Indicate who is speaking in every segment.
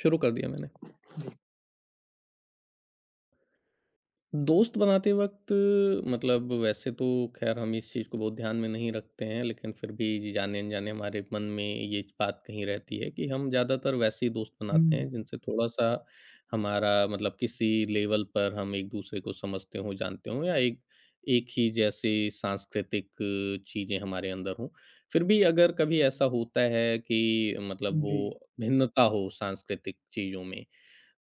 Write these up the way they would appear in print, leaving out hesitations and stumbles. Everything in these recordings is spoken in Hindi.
Speaker 1: शुरू कर दिया मैंने। दोस्त बनाते वक़्त मतलब वैसे तो ख़ैर हम इस चीज़ को बहुत ध्यान में नहीं रखते हैं, लेकिन फिर भी जाने-अनजाने हमारे मन में ये बात कहीं रहती है कि हम ज़्यादातर वैसे ही दोस्त बनाते हैं
Speaker 2: हुँ,
Speaker 1: जिनसे थोड़ा-सा हमारा मतलब किसी लेवल पर हम एक-दूसरे को समझते हों, जानते हों या एक एक ही जैसे सांस्कृतिक चीज़ें हमारे अंदर हों। फिर भी अगर कभी ऐसा होता है कि मतलब वो
Speaker 2: जी,
Speaker 1: भिन्नता हो सांस्कृतिक चीज़ों में,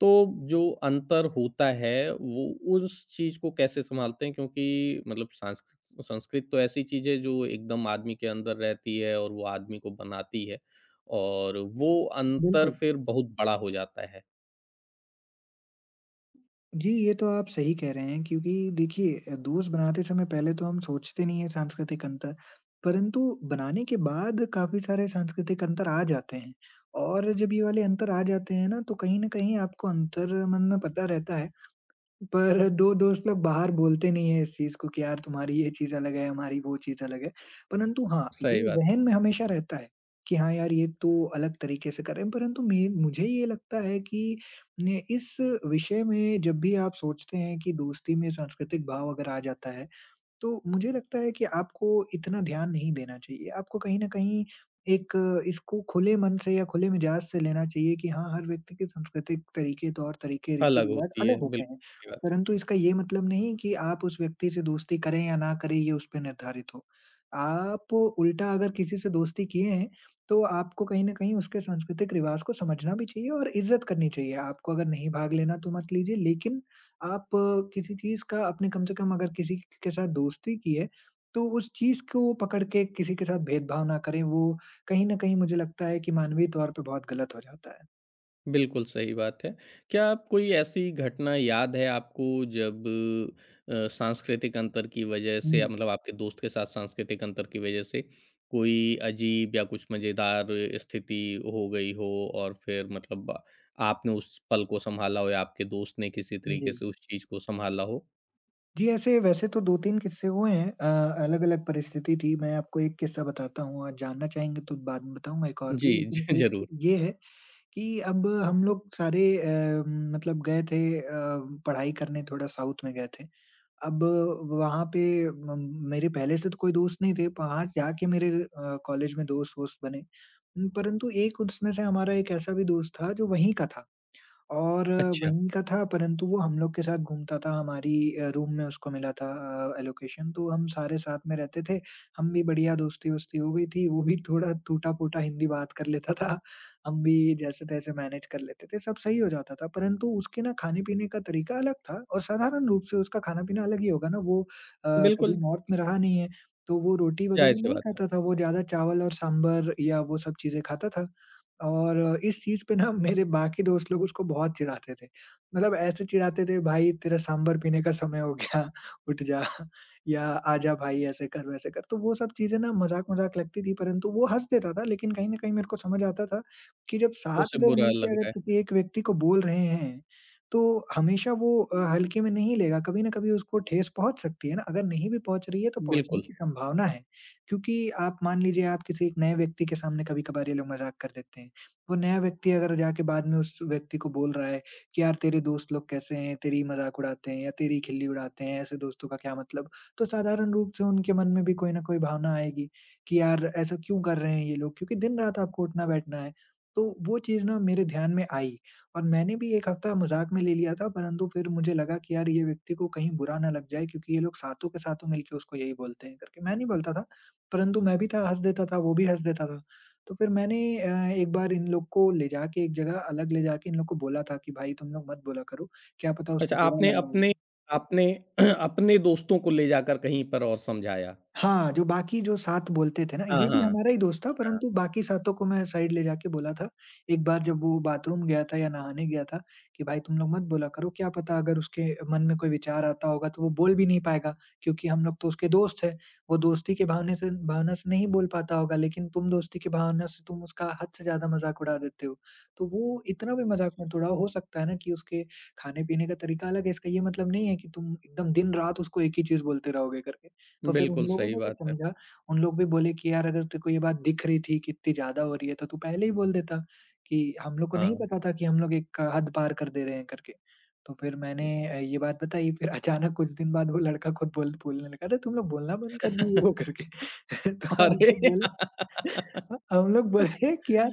Speaker 1: तो जो अंतर होता है, वो उस चीज़ को कैसे सँभालते हैं? क्योंकि मतलब सांस संस्कृत तो ऐसी चीज़ है जो एकदम आदमी के अंदर रहती है और वो आदमी को बनाती है और वो अंतर
Speaker 2: बिल्कुल।
Speaker 1: फिर बहुत बड़ा हो जाता है।
Speaker 2: जी, ये तो आप सही कह रहे हैं क्योंकि देखिए दोस्त बनाते समय पहले तो हम सोचते नहीं हैं सांस्कृतिक अंतर, परंतु बनाने के बाद काफ़ी सारे सांस्कृतिक अंतर आ जाते हैं और जब ये वाले अंतर आ जाते हैं ना, तो कहीं न कहीं आपको अंतर मन में पता रहता है। पर 2 दोस्त लोग बाहर बोलते नहीं हैं इस चीज़ को कि यार तुम्हारी ये चीज़ अलग है, हमारी वो चीज़ अलग है। परंतु हाँ, ये
Speaker 1: सही बात।
Speaker 2: ज़हन में हमेशा रहता है कि हाँ यार ये तो अलग तरीके से कर रहे हैं, परंतु मे मुझे ये लगता है कि ने इस विषय में जब भी आप सोचते हैं कि दोस्ती में सांस्कृतिक भाव अगर आ जाता है, तो मुझे लगता है कि आपको इतना ध्यान नहीं देना चाहिए। आपको कहीं न कहीं एक इसको खुले मन से या खुले मिजाज से लेना चाहिए कि हाँ, हर व्यक्ति के सांस्कृतिक तरीके, तौर-तरीके,
Speaker 1: अलग
Speaker 2: रीति-रिवाज
Speaker 1: होती है,
Speaker 2: अलग होते
Speaker 1: बिल्कुल
Speaker 2: हैं।
Speaker 1: सही बात।
Speaker 2: परंतु इसका ये मतलब नहीं कि आप उस व्यक्ति से दोस्ती करें या ना करें ये उस पे निर्धारित हो। आप उल्टा अगर किसी से दोस्ती किए हैं, तो आपको कहीं न कहीं उसके सांस्कृतिक रिवाज को समझना भी चाहिए और इज़्ज़त करनी चाहिए। आपको अगर नहीं भाग लेना तो मत लीजिए लेकिन आप किसी चीज़ का आपने कम से कम अगर किसी के साथ दोस्ती की है, तो उस चीज़ को पकड़ के किसी के साथ भेदभाव ना करें, वो कहीं न कहीं मुझे लगता है कि मानवीय तौर पे बहुत गलत हो जाता है।
Speaker 1: बिल्कुल सही बात है। क्या आप कोई ऐसी घटना याद है आपको जब सांस्कृतिक अंतर की वजह से या
Speaker 2: हुँ,
Speaker 1: मतलब आपके दोस्त के साथ सांस्कृतिक अंतर की वजह से कोई अजीब या कुछ मज़ेदार स्थिति हो गई हो और फिर मतलब आपने उस पल को सँभाला हो या आपके दोस्त ने किसी तरीके
Speaker 2: जी।
Speaker 1: से उस चीज़ को सँभाला हो?
Speaker 2: जी, ऐसे वैसे तो 2-3 किस्से हुए हैं अलग-अलग परिस्थिति थी। मैं आपको एक किस्सा बताता हूँ, आप जानना चाहेंगे तो बाद में बताऊँगा एक और भी,
Speaker 1: जी,
Speaker 2: लेकिन
Speaker 1: जी
Speaker 2: एक
Speaker 1: ज़रूर।
Speaker 2: ये है कि अब हम लोग सारे मतलब गए थे पढ़ाई करने थोड़ा साउथ में गए थे। अब वहाँ पे म मेरे पहले से तो कोई दोस्त नहीं थे, वहाँ जाके मेरे कॉलेज में दोस्त-वोस्त बने। परंतु एक उसमें से हमारा एक ऐसा भी दोस्त था जो वहीं का था। और
Speaker 1: अच्छा,
Speaker 2: वहीं का था परंतु वो हम लोग के साथ घूमता था, हमारी रूम में उसको मिला था एलोकेशन तो हम सारे साथ में रहते थे। हम भी बढ़िया दोस्ती-वोस्ती हो गई थी, वो भी थोड़ा टूटा-फूटा हिंदी बात कर लेता था, हम भी जैसे-तैसे मैनेज कर लेते थे, सब सही हो जाता था। परंतु उसके ना खाने-पीने का तरीका अलग था और साधारण रूप से उसका खाना-पीना अलग ही होगा ना, वो अ, कभी
Speaker 1: बिल्कुल,
Speaker 2: नॉर्थ में रहा नहीं है, तो वो रोटी वगैरह
Speaker 1: ज़ाहिर-सी
Speaker 2: नहीं
Speaker 1: बात है।
Speaker 2: खाता था, वो ज़्यादा चावल और सांभर या वो सब चीज़ें खाता था। और इस चीज़ पे ना मेरे बाकी दोस्त लोग उसको बहुत चिढ़ाते थे। मतलब ऐसे चिढ़ाते थे भाई तेरा सांभर पीने का समय हो गया, उठ जा या आजा भाई ऐसे कर वैसे कर। तो वो सब चीज़ें ना मज़ाक-मज़ाक लगती थी परंतु वो हँस देता था लेकिन कहीं न कहीं मेरे को समझ आता था कि जब 7
Speaker 1: उससे
Speaker 2: लोग
Speaker 1: बुरा
Speaker 2: मिलके
Speaker 1: लग
Speaker 2: अगर
Speaker 1: रहा है।
Speaker 2: किसी एक व्यक्ति को बोल रहे हैं, तो हमेशा वो हल्के में नहीं लेगा, कभी न कभी उसको ठेस पहुँच सकती है ना। अगर नहीं भी पहुँच रही है तो पहुँचने
Speaker 1: बिल्कुल।
Speaker 2: की संभावना है, क्योंकि आप मान लीजिए आप किसी एक नए व्यक्ति के सामने कभी-कभार ये लोग मज़ाक कर देते हैं। वो नया व्यक्ति अगर जाके बाद में उस व्यक्ति को बोल रहा है कि यार तेरे दोस्त लोग कैसे हैं, तेरी मज़ाक उड़ाते हैं या तेरी खिल्ली उड़ाते हैं, ऐसे दोस्तों का क्या मतलब? तो साधारण रूप से उनके मन में भी कोई न कोई भावना आएगी कि यार ऐसा क्यों कर रहे हैं ये लोग? क्योंकि दिन-रात आपको उठना-बैठना है। तो वो चीज़ ना मेरे ध्यान में आई और मैंने भी 1 हफ्ता मज़ाक में ले लिया था परंतु फिर मुझे लगा कि यार ये व्यक्ति को कहीं बुरा ना लग जाए क्योंकि ये लोग सातों के सातों मिलके उसको यही बोलते हैं करके। मैं नहीं बोलता था, परंतु मैं भी था हँस देता था, वो भी हँस देता था। तो फिर मैंने एक बार इन लोग को ले जाके एक जगह अलग ले जाके इन लोग को बोला था कि, "भाई तुम लोग मत बोला करो, क्या पता उसको
Speaker 1: अच्छा,
Speaker 2: बुरा
Speaker 1: आपने
Speaker 2: लग रहा हो।"
Speaker 1: अपने आपने अपने दोस्तों को ले जाकर कहीं पर और समझाया।
Speaker 2: हाँ, जो बाकी जो 7 बोलते थे ना,
Speaker 1: हाँ,
Speaker 2: ये भी
Speaker 1: हाँ,
Speaker 2: हमारा ही दोस्त था
Speaker 1: हाँ।
Speaker 2: परंतु बाकी सातों को मैं साइड ले जाके बोला था। एक बार जब वो बाथरूम गया था या नहाने गया था कि भाई तुम लोग मत बोला करो, क्या पता अगर उसके मन में कोई विचार आता होगा तो वो बोल भी नहीं पाएगा क्योंकि हम लोग तो उसके दोस्त हैं। वो दोस्ती के भावने से भावना से नहीं बोल पाता होगा लेकिन तुम दोस्ती की भावना से तुम उसका हद से ज़्यादा मज़ाक उड़ा देते हो। तो वो इतना भी मज़ाक मत उड़ाओ, हो सकता है ना कि उसके खाने-पीने का तरीका अलग है, इसका ये मतलब नहीं है कि तुम एकदम दिन-रात उसको एक ही चीज़ बोलते रहोगे करके। तो फिर उन
Speaker 1: बिल्कुल
Speaker 2: लोगों
Speaker 1: सही
Speaker 2: ने भी
Speaker 1: बात है।
Speaker 2: समझा, उन लोग भी बोले कि यार अगर तेरे को ये बात दिख रही थी कि इतनी ज़्यादा हो रही है तो तू पहले ही बोल देता कि हम लोग को नहीं
Speaker 1: हाँ।
Speaker 2: पता था कि हम लोग एक हद पार कर दे रहे हैं करके। तो फिर मैंने ये बात बताई फिर अचानक कुछ दिन बाद वो लड़का खुद बोलने लगा, "अरे तुम लोग बोलना बंद कर दिए हो" करके। तो हम लोग
Speaker 1: अरे!
Speaker 2: बोले ह हम लोग बोले कि यार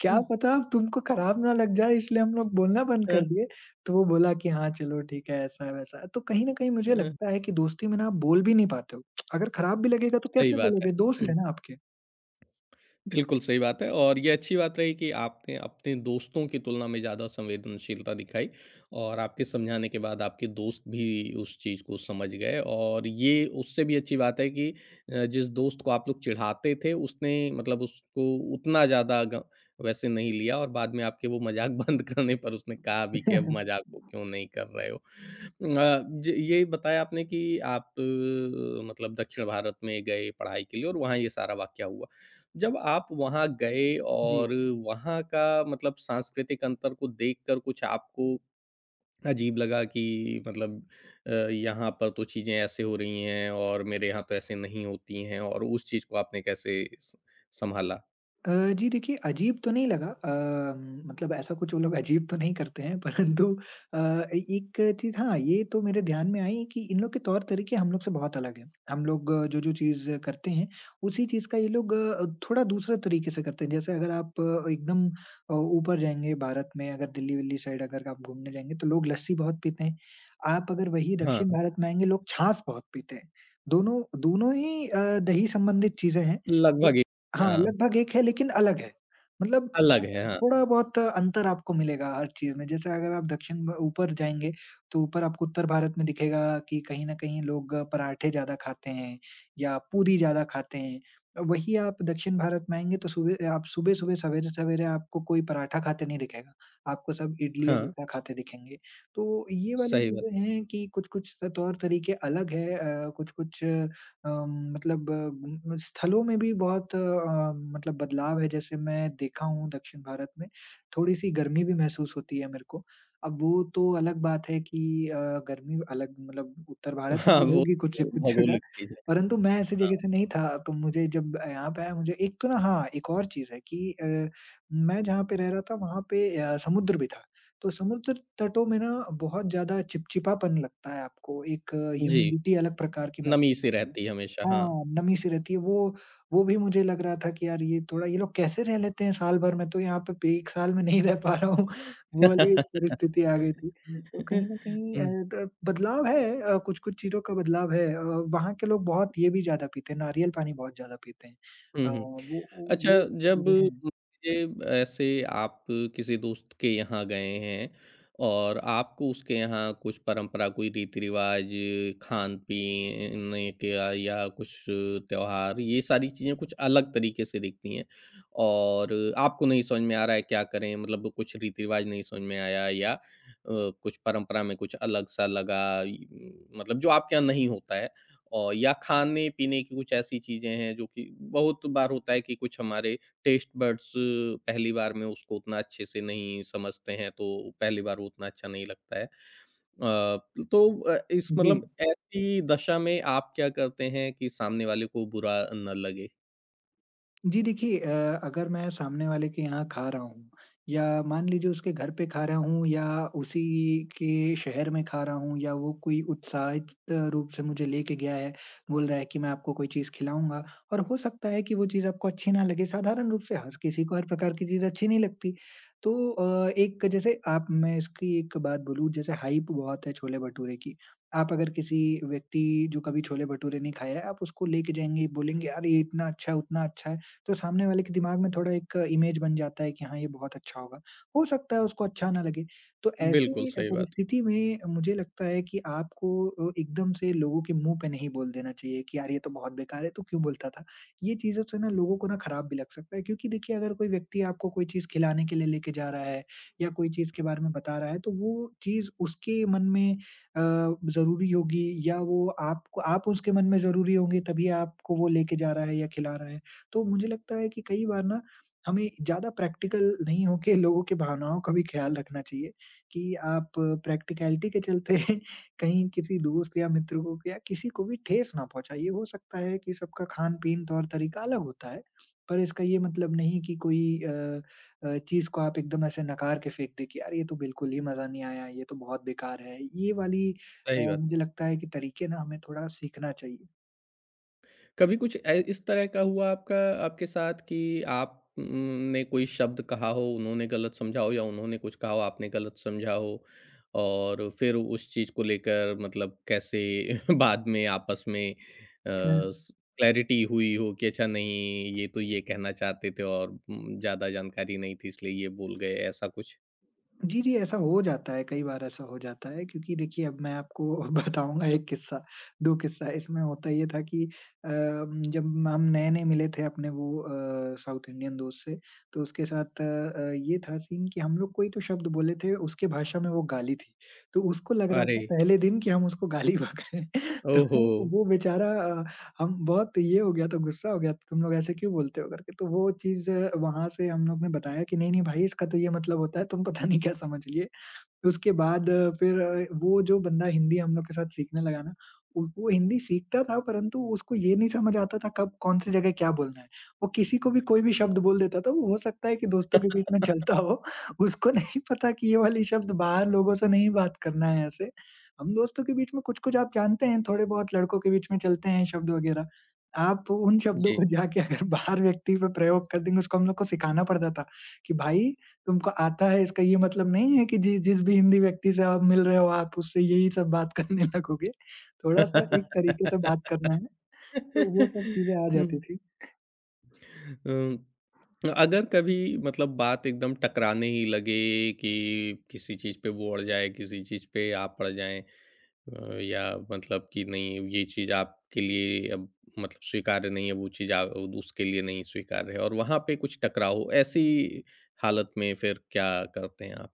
Speaker 2: क्या पता अब तुमको खराब ना लग जाए इसलिए हम लोग बोलना बंद
Speaker 1: अ, अ,
Speaker 2: कर दिए। तो वो बोला कि हाँ, चलो ठीक है ऐसा-वैसा है। वैसा है। तो कहीं न कहीं मुझे
Speaker 1: अ,
Speaker 2: लगता है कि दोस्ती में ना आप बोल भी नहीं पाते हो। अगर खराब भी लगेगा तो
Speaker 1: सही
Speaker 2: कैसे
Speaker 1: बात है।
Speaker 2: बोलोगे? दोस्त है ना आपके।
Speaker 1: बिल्कुल सही बात है और ये अच्छी बात रही कि आपने अपने दोस्तों की तुलना में ज़्यादा संवेदनशीलता दिखाई और आपके समझाने के बाद आपके दोस्त भी उस चीज़ को समझ गए और ये उससे भी अच्छी बात है कि जिस दोस्त को आप लोग चिढ़ाते थे उसने मतलब उसको उतना ज़्यादा वैसे नहीं लिया और बाद में आपके वो मजाक बंद करने पर उसने कहा भी कि अब मजाक को क्यों नहीं कर रहे हो ये बताया आपने कि आप मतलब दक्षिण भारत में गए पढ़ाई के लिए और वहाँ ये सारा वाक्य हुआ जब आप वहाँ गए
Speaker 2: जी।
Speaker 1: और वहाँ का मतलब सांस्कृतिक अंतर को देखकर कुछ आपको अजीब लगा कि मतलब यहाँ पर तो चीज़ें ऐसे हो रही हैं और मेरे यहाँ तो ऐसे नहीं होती हैं और उस चीज़ को आपने कैसे स सँभाला?
Speaker 2: अ, जी देखिए, अजीब तो नहीं लगा मतलब ऐसा कुछ वो लोग अजीब तो नहीं करते हैं परंतु अ, ए एक चीज़ हाँ, ये तो मेरे ध्यान में आई कि इन लोग के तौर-तरीके हम लोग से बहुत अलग हैं। हम लोग जो-जो चीज़ करते हैं, उसी चीज़ का ये लोग थोड़ा दूसरे तरीके से करते हैं। जैसे अगर आप एकदम ऊपर जाएँगे भारत में, अगर दिल्ली-विल्ली साइड अगर आप घूमने जाएँगे, तो लोग लस्सी बहुत पीते हैं। आप अगर वही
Speaker 1: हाँ,
Speaker 2: दक्षिण भारत में आएँगे, लोग छाछ बहुत पीते हैं। दोनों दोनों ही दही संबंधित चीज़ें हैं। पर
Speaker 1: लगभग एक।
Speaker 2: हाँ,
Speaker 1: हाँ,
Speaker 2: लगभग एक है लेकिन अलग है। मतलब
Speaker 1: अलग है, हाँ।
Speaker 2: थोड़ा-बहुत अंतर आपको मिलेगा हर चीज़ में। जैसे अगर आप दक्षिण ब ऊपर जाएँगे, तो ऊपर आपको उत्तर भारत में दिखेगा कि कहीं न कहीं लोग पराठे ज़्यादा खाते हैं या पूरी ज़्यादा खाते हैं। वहीं आप दक्षिण भारत में आएँगे तो सुबह आप सुबह-सुबह, सवेरे-सवेरे आपको कोई पराठा खाते नहीं दिखेगा। आपको सब इडली या
Speaker 1: हाँ,
Speaker 2: डोसा खाते दिखेंगे। तो ये वाली
Speaker 1: सही बात।
Speaker 2: चीज़ें हैं कि कुछ-कुछ तौर तरीके अलग हैं कुछ-कुछ मतलब स्थलों में भी बहुत मतलब बदलाव है जैसे मैं देखा हूँ दक्षिण भारत में थोड़ी-सी गर्मी भी महसूस होती है मेरे को। अब वो तो अलग बात है कि अ, गर्मी अलग मतलब उत्तर भारत में
Speaker 1: हाँ,
Speaker 2: भी
Speaker 1: वो
Speaker 2: होगी कुछ
Speaker 1: तो
Speaker 2: कुछ जगह,
Speaker 1: भौगोलिक चीज़ है।
Speaker 2: परंतु मैं ऐसी
Speaker 1: हाँ,
Speaker 2: जगह से नहीं था तो मुझे जब यहाँ पे आया मुझे एक तो ना हाँ, एक और चीज़ है कि मैं जहाँ पे रह रहा था वहाँ पे समुद्र भी था। तो समुद्र तटों में ना बहुत ज़्यादा चिपचिपापन लगता है आपको, एक
Speaker 1: जी,
Speaker 2: ह्यूमिडिटी अलग प्रकार की
Speaker 1: नमी
Speaker 2: महसूस
Speaker 1: सी
Speaker 2: होती है।
Speaker 1: रहती है हमेशा, हाँ।
Speaker 2: हाँ, नमी सी रहती है। वो भी मुझे लग रहा था कि यार ये थोड़ा ये लोग कैसे रह लेते हैं साल भर? मैं तो यहाँ पे 1 साल में नहीं रह पा रहा हूँ। वो वाली परिस्थिति आ गई थी। तो कहीं न कहीं
Speaker 1: हम्म,
Speaker 2: द बदलाव है कुछ-कुछ चीज़ों का बदलाव है। वहाँ के लोग बहुत ये भी ज़्यादा पीते हैं, नारियल पानी बहुत ज़्यादा पीते हैं। अ,
Speaker 1: हुँ, हुँ।
Speaker 2: वो वो
Speaker 1: अच्छा,
Speaker 2: वो सब
Speaker 1: जब
Speaker 2: चीज़ें हैं।
Speaker 1: मान लीजिए ऐसे आप किसी दोस्त के यहाँ गए हैं और आपको उसके यहाँ कुछ परंपरा, कोई रीति-रिवाज, खान-पीने का या कुछ त्योहार ये सारी चीज़ें कुछ अलग तरीके से दिखती हैं और आपको नहीं समझ में आ रहा है क्या करें? मतलब कुछ रीति-रिवाज नहीं समझ में आया या कुछ परंपरा में कुछ अलग-सा लगा मतलब जो आपके यहाँ नहीं होता है। और या खाने-पीने की कुछ ऐसी चीज़ें हैं जो कि बहुत बार होता है कि कुछ हमारे टेस्ट बड्स पहली बार में उसको उतना अच्छे से नहीं समझते हैं, तो पहली बार वो उतना अच्छा नहीं लगता है। अ, तो इस
Speaker 2: जी।
Speaker 1: मतलब ऐसी दशा में आप क्या करते हैं कि सामने वाले को बुरा ना लगे?
Speaker 2: जी देखिए अगर मैं सामने वाले के यहाँ खा रहा हूँ या मान लीजिए उसके घर पे खा रहा हूँ या उसी के शहर में खा रहा हूँ या वो कोई उत्साहित रूप से मुझे लेके गया है, बोल रहा है कि मैं आपको कोई चीज़ खिलाऊँगा और हो सकता है कि वो चीज़ आपको अच्छी ना लगे, साधारण रूप से हर किसी को हर प्रकार की चीज़ अच्छी नहीं लगती। तो एक जैसे आप मैं इसकी एक बात बोलूँ जैसे हाइप बहुत है छोले-भटूरे की। आप अगर किसी व्यक्ति जो कभी छोले-भटूरे नहीं खाया है, आप उसको लेके जाएँगे, बोलेंगे, "अरे! इतना अच्छा, उतना अच्छा है।" तो सामने वाले के दिमाग में थोड़ा एक इमेज बन जाता है कि हाँ, ये बहुत अच्छा होगा। हो सकता है उसको अच्छा ना लगे। तो ऐसी
Speaker 1: बिल्कुल, सही बात।
Speaker 2: परिस्थिति में मुझे लगता है कि आपको एकदम से लोगों के मुँह पे नहीं बोल देना चाहिए कि यार ये तो बहुत बेकार है, तू क्यों बोलता था? ये चीज़ों से ना लोगों को ना खराब भी लग सकता है, क्योंकि देखिए अगर कोई व्यक्ति आपको कोई चीज़ खिलाने के लिए लेके जा रहा है या कोई चीज़ के बारे में बता रहा है, तो वो चीज़ उसके मन में ज़रूरी होगी, या वो आपको आप उसके मन में ज़रूरी होंगे तभी आपको वो लेके जा रहा है या खिला रहा है। तो मुझे लगता है कि कई बार ना हमें ज़्यादा प्रैक्टिकल नहीं होके लोगों की भावनाओं का भी ख्याल रखना चाहिए कि आप प्रैक्टिकैलिटी के चलते कहीं किसी दोस्त या मित्र को या किसी को भी ठेस ना पहुँचाइए। हो सकता है कि सबका खान-पीन तौर-तरीका अलग होता है, पर इसका ये मतलब नहीं कि कोई चीज़ को आप एकदम ऐसे नकार के फेंक दें कि यार ये तो बिल्कुल ही मज़ा नहीं आया, ये तो बहुत बेकार है। ये वाली
Speaker 1: सही बात।
Speaker 2: मुझे लगता है कि तरीके ना हमें थोड़ा सीखना चाहिए।
Speaker 1: कभी कुछ ए इस तरह का हुआ आपका आपके साथ कि आप ने कोई शब्द कहा हो, उन्होंने गलत समझा हो या उन्होंने कुछ कहा हो, आपने गलत समझा हो और फिर उस चीज़ को लेकर मतलब कैसे बाद में आपस में अ,
Speaker 2: हुँ।
Speaker 1: स क्लैरिटी हुई हो कि अच्छा नहीं, ये तो ये कहना चाहते थे और ज़्यादा जानकारी नहीं थी इसलिए ये बोल गए, ऐसा कुछ?
Speaker 2: जी, जी, ऐसा हो जाता है, कई बार ऐसा हो जाता है, क्योंकि देखिए अब मैं आपको बताऊँगा 1 किस्सा, 2 किस्सा। इसमें होता ये था कि जब हम नए-नए मिले थे अपने वो साउथ इंडियन दोस्त से, तो उसके साथ ये था सीन कि हम लोग कोई तो शब्द बोले थे, उसके भाषा में वो गाली थी। तो उसको लग रहा
Speaker 1: अरे!
Speaker 2: था पहले दिन कि हम उसको गाली बक रहे हैं,
Speaker 1: ओहो!
Speaker 2: तो वो बेचारा हम बहुत ये हो गया था, गुस्सा हो गया था, तुम लोग ऐसे क्यों बोलते हो करके। तो वो चीज़ वहाँ से हम लोग ने बताया कि नहीं, नहीं भाई इसका तो ये मतलब होता है, तुम पता नहीं क्या समझ लिए। उसके बाद फिर वो जो बंदा हिंदी हम लोग के साथ सीखने लगा ना, वो हिंदी सीखता था, परंतु उसको ये नहीं समझ आता था कब कौन-सी जगह क्या बोलना है। वो किसी को भी कोई भी शब्द बोल देता था, वो हो सकता है कि दोस्तों के बीच में चलता हो। उसको नहीं पता कि ये वाली शब्द बाहर लोगों से नहीं बात करना है ऐसे। हम दोस्तों के बीच में कुछ-कुछ आप जानते हैं, थोड़े बहुत लड़कों के बीच में चलते हैं शब्द वगैरह। आप उन शब्दों
Speaker 1: जी।
Speaker 2: को जाके अगर बाहर व्यक्ति पे प्रयोग कर देंगे, उसको हम लोग को सिखाना पड़ता था कि भाई तुमको आता है इसका ये मतलब नहीं है कि जि जिस भी हिंदी व्यक्ति से आप मिल रहे हो आप उससे यही सब बात करने लगोगे। थोड़ा-सा एक तरीके से बात करना है, तो वो सब चीज़ें आ जाती
Speaker 1: हुँ।
Speaker 2: थी।
Speaker 1: अ, अगर कभी मतलब बात एकदम टकराने ही लगे कि किसी चीज़ पे वो अड़ जाए, किसी चीज़ पे आप अड़ जाएँ या मतलब कि नहीं ये चीज़ आपके लिए अब मतलब स्वीकार्य नहीं है, वो चीज़ आ उसके लिए नहीं स्वीकार्य है और वहाँ पे कुछ टकराव हो, ऐसी हालत में फिर क्या करते हैं आप?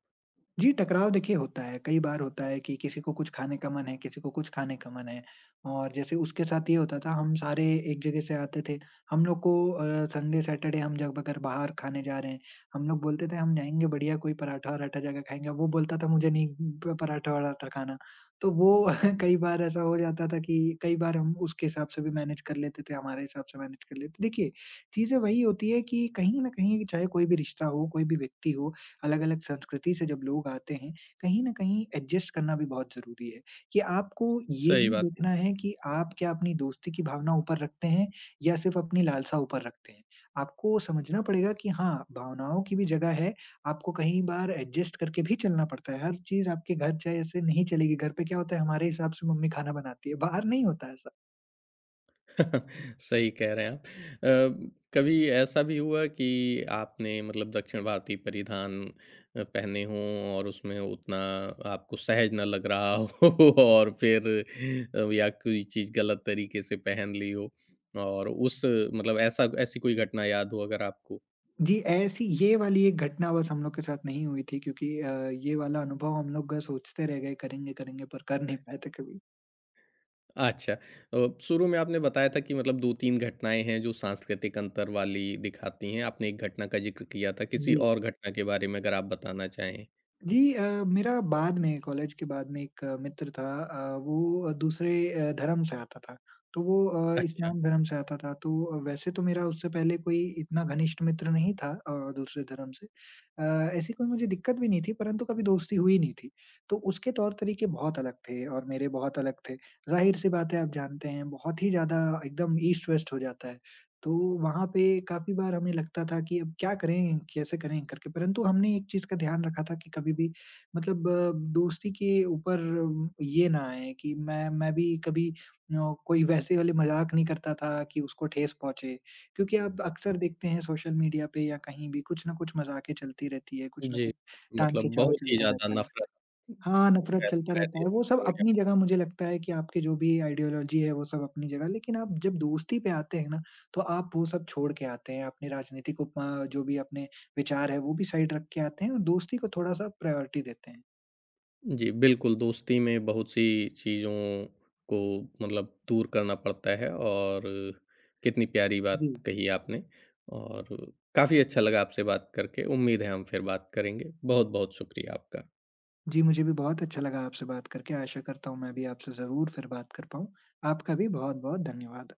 Speaker 2: जी, टकराव देखिए होता है, कई बार होता है कि किसी को कुछ खाने का मन है, किसी को कुछ खाने का मन है। और जैसे उसके साथ ये होता था, हम सारे एक जगह से आते थे, हम लोग को संडे सैटरडे हम जब अगर बाहर खाने जा रहे हैं, हम लोग बोलते थे हम जाएँगे बढ़िया कोई पराठा-वराठा जगह खाएँगे, वो बोलता था मुझे नहीं प पराठा-वराठा खाना। तो वो कई बार ऐसा हो जाता था कि कई बार हम उसके हिसाब से भी मैनेज कर लेते थे, हमारे हिसाब से मैनेज कर लेते। देखिए, चीज़ें वही होती है कि कहीं न कहीं चाहे कोई भी रिश्ता हो, कोई भी व्यक्ति हो, अलग-अलग संस्कृति से जब लोग आते हैं, कहीं न कहीं एडजस्ट करना भी बहुत ज़रूरी है, कि आपको ये
Speaker 1: सही
Speaker 2: भी
Speaker 1: बात।
Speaker 2: देखना है कि आप क्या अपनी दोस्ती की भावना ऊपर रखते हैं या सिर्फ़ अपनी लालसा ऊपर रखते हैं। आपको समझना पड़ेगा कि हाँ, भावनाओं की भी जगह है, आपको कहीं बार एडजस्ट करके भी चलना पड़ता है, हर चीज़ आपके घर जैसे नहीं चलेगी, घर पे क्या होता है हमारे हिसाब से मम्मी खाना बनाती है, बाहर नहीं होता ऐसा।
Speaker 1: सही कह रहे हैं आप। कभी ऐसा भी हुआ कि आपने मतलब दक्षिण भारतीय परिधान पहने हों और उसमें उतना आपको सहज ना लग रहा हो और फिर या कोई चीज़ गलत तरीके से पहन ली हो और उस मतलब ऐसा ऐसी कोई घटना याद हो अगर आपको?
Speaker 2: जी, ऐसी ये वाली एक घटना बस हम लोग के साथ नहीं हुई थी, क्योंकि ये वाला अनुभव हम लोग सोचते रह गए करेंगे, करेंगे, पर कर नहीं पाए थे कभी।
Speaker 1: अच्छा। शुरू में आपने बताया था कि मतलब 2-3 घटनाएँ हैं जो सांस्कृतिक अंतर वाली दिखाती हैं। आपने एक घटना का ज़िक्र किया था, किसी
Speaker 2: जी।
Speaker 1: और घटना के बारे में अगर आप बताना चाहें?
Speaker 2: जी, मेरा बाद में कॉलेज के बाद में एक मित्र था, वो दूसरे धर्म से आता था। तो वो
Speaker 1: अच्छा।
Speaker 2: इस्लाम धर्म से आता था, तो वैसे तो मेरा उससे पहले कोई इतना घनिष्ठ मित्र नहीं था दूसरे धर्म से। ऐसी कोई मुझे दिक्कत भी नहीं थी, परंतु कभी दोस्ती हुई नहीं थी। तो उसके तौर-तरीके बहुत अलग थे और मेरे बहुत अलग थे। ज़ाहिर-सी बात है, आप जानते हैं बहुत ही ज़्यादा एकदम ईस्ट-वेस्ट हो जाता है। तो वहाँ पे काफ़ी बार हमें लगता था कि अब क्या करें, कैसे करें करके, परंतु हमने एक चीज़ का ध्यान रखा था कि कभी भी मतलब दोस्ती के ऊपर ये ना आए कि मैं भी कभी कोई वैसे वाले मज़ाक नहीं करता था कि उसको ठेस पहुँचे। क्योंकि आप अक्सर देखते हैं सोशल मीडिया पे या कहीं भी कुछ ना कुछ मज़ाकें चलती रहती है, कुछ ना
Speaker 1: जी,
Speaker 2: कुछ टांग
Speaker 1: मतलब
Speaker 2: खिंचाव
Speaker 1: बहुत ही
Speaker 2: चलता
Speaker 1: ज़्यादा
Speaker 2: रहता है।
Speaker 1: नफ़रत
Speaker 2: हाँ, नफ़रत चलता
Speaker 1: फैलती
Speaker 2: रहता
Speaker 1: रहती है
Speaker 2: है। वो सब
Speaker 1: सोशल मीडिया
Speaker 2: अपनी जगह, मुझे लगता है कि आपकी जो भी आइडियोलॉजी है वो सब अपनी जगह, लेकिन आप जब दोस्ती पे आते हैं ना, तो आप वो सब छोड़ के आते हैं। अपने राजनीतिक जो भी अपने विचार है वो भी साइड रख के आते हैं और दोस्ती को थोड़ा-सा प्रायोरिटी देते हैं।
Speaker 1: पे। जी, बिल्कुल, दोस्ती में बहुत सी चीज़ों को मतलब दूर करना पड़ता है और कितनी प्यारी
Speaker 2: जी।
Speaker 1: बात कही आपने और काफ़ी अच्छा लगा आपसे बात करके। उम्मीद है हम फिर बात करेंगे। बहुत-बहुत शुक्रिया आपका।
Speaker 2: जी, मुझे भी बहुत अच्छा लगा आपसे बात करके। आशा करता हूँ मैं भी आपसे ज़रूर फिर बात कर पाऊँ। आपका भी बहुत-बहुत धन्यवाद।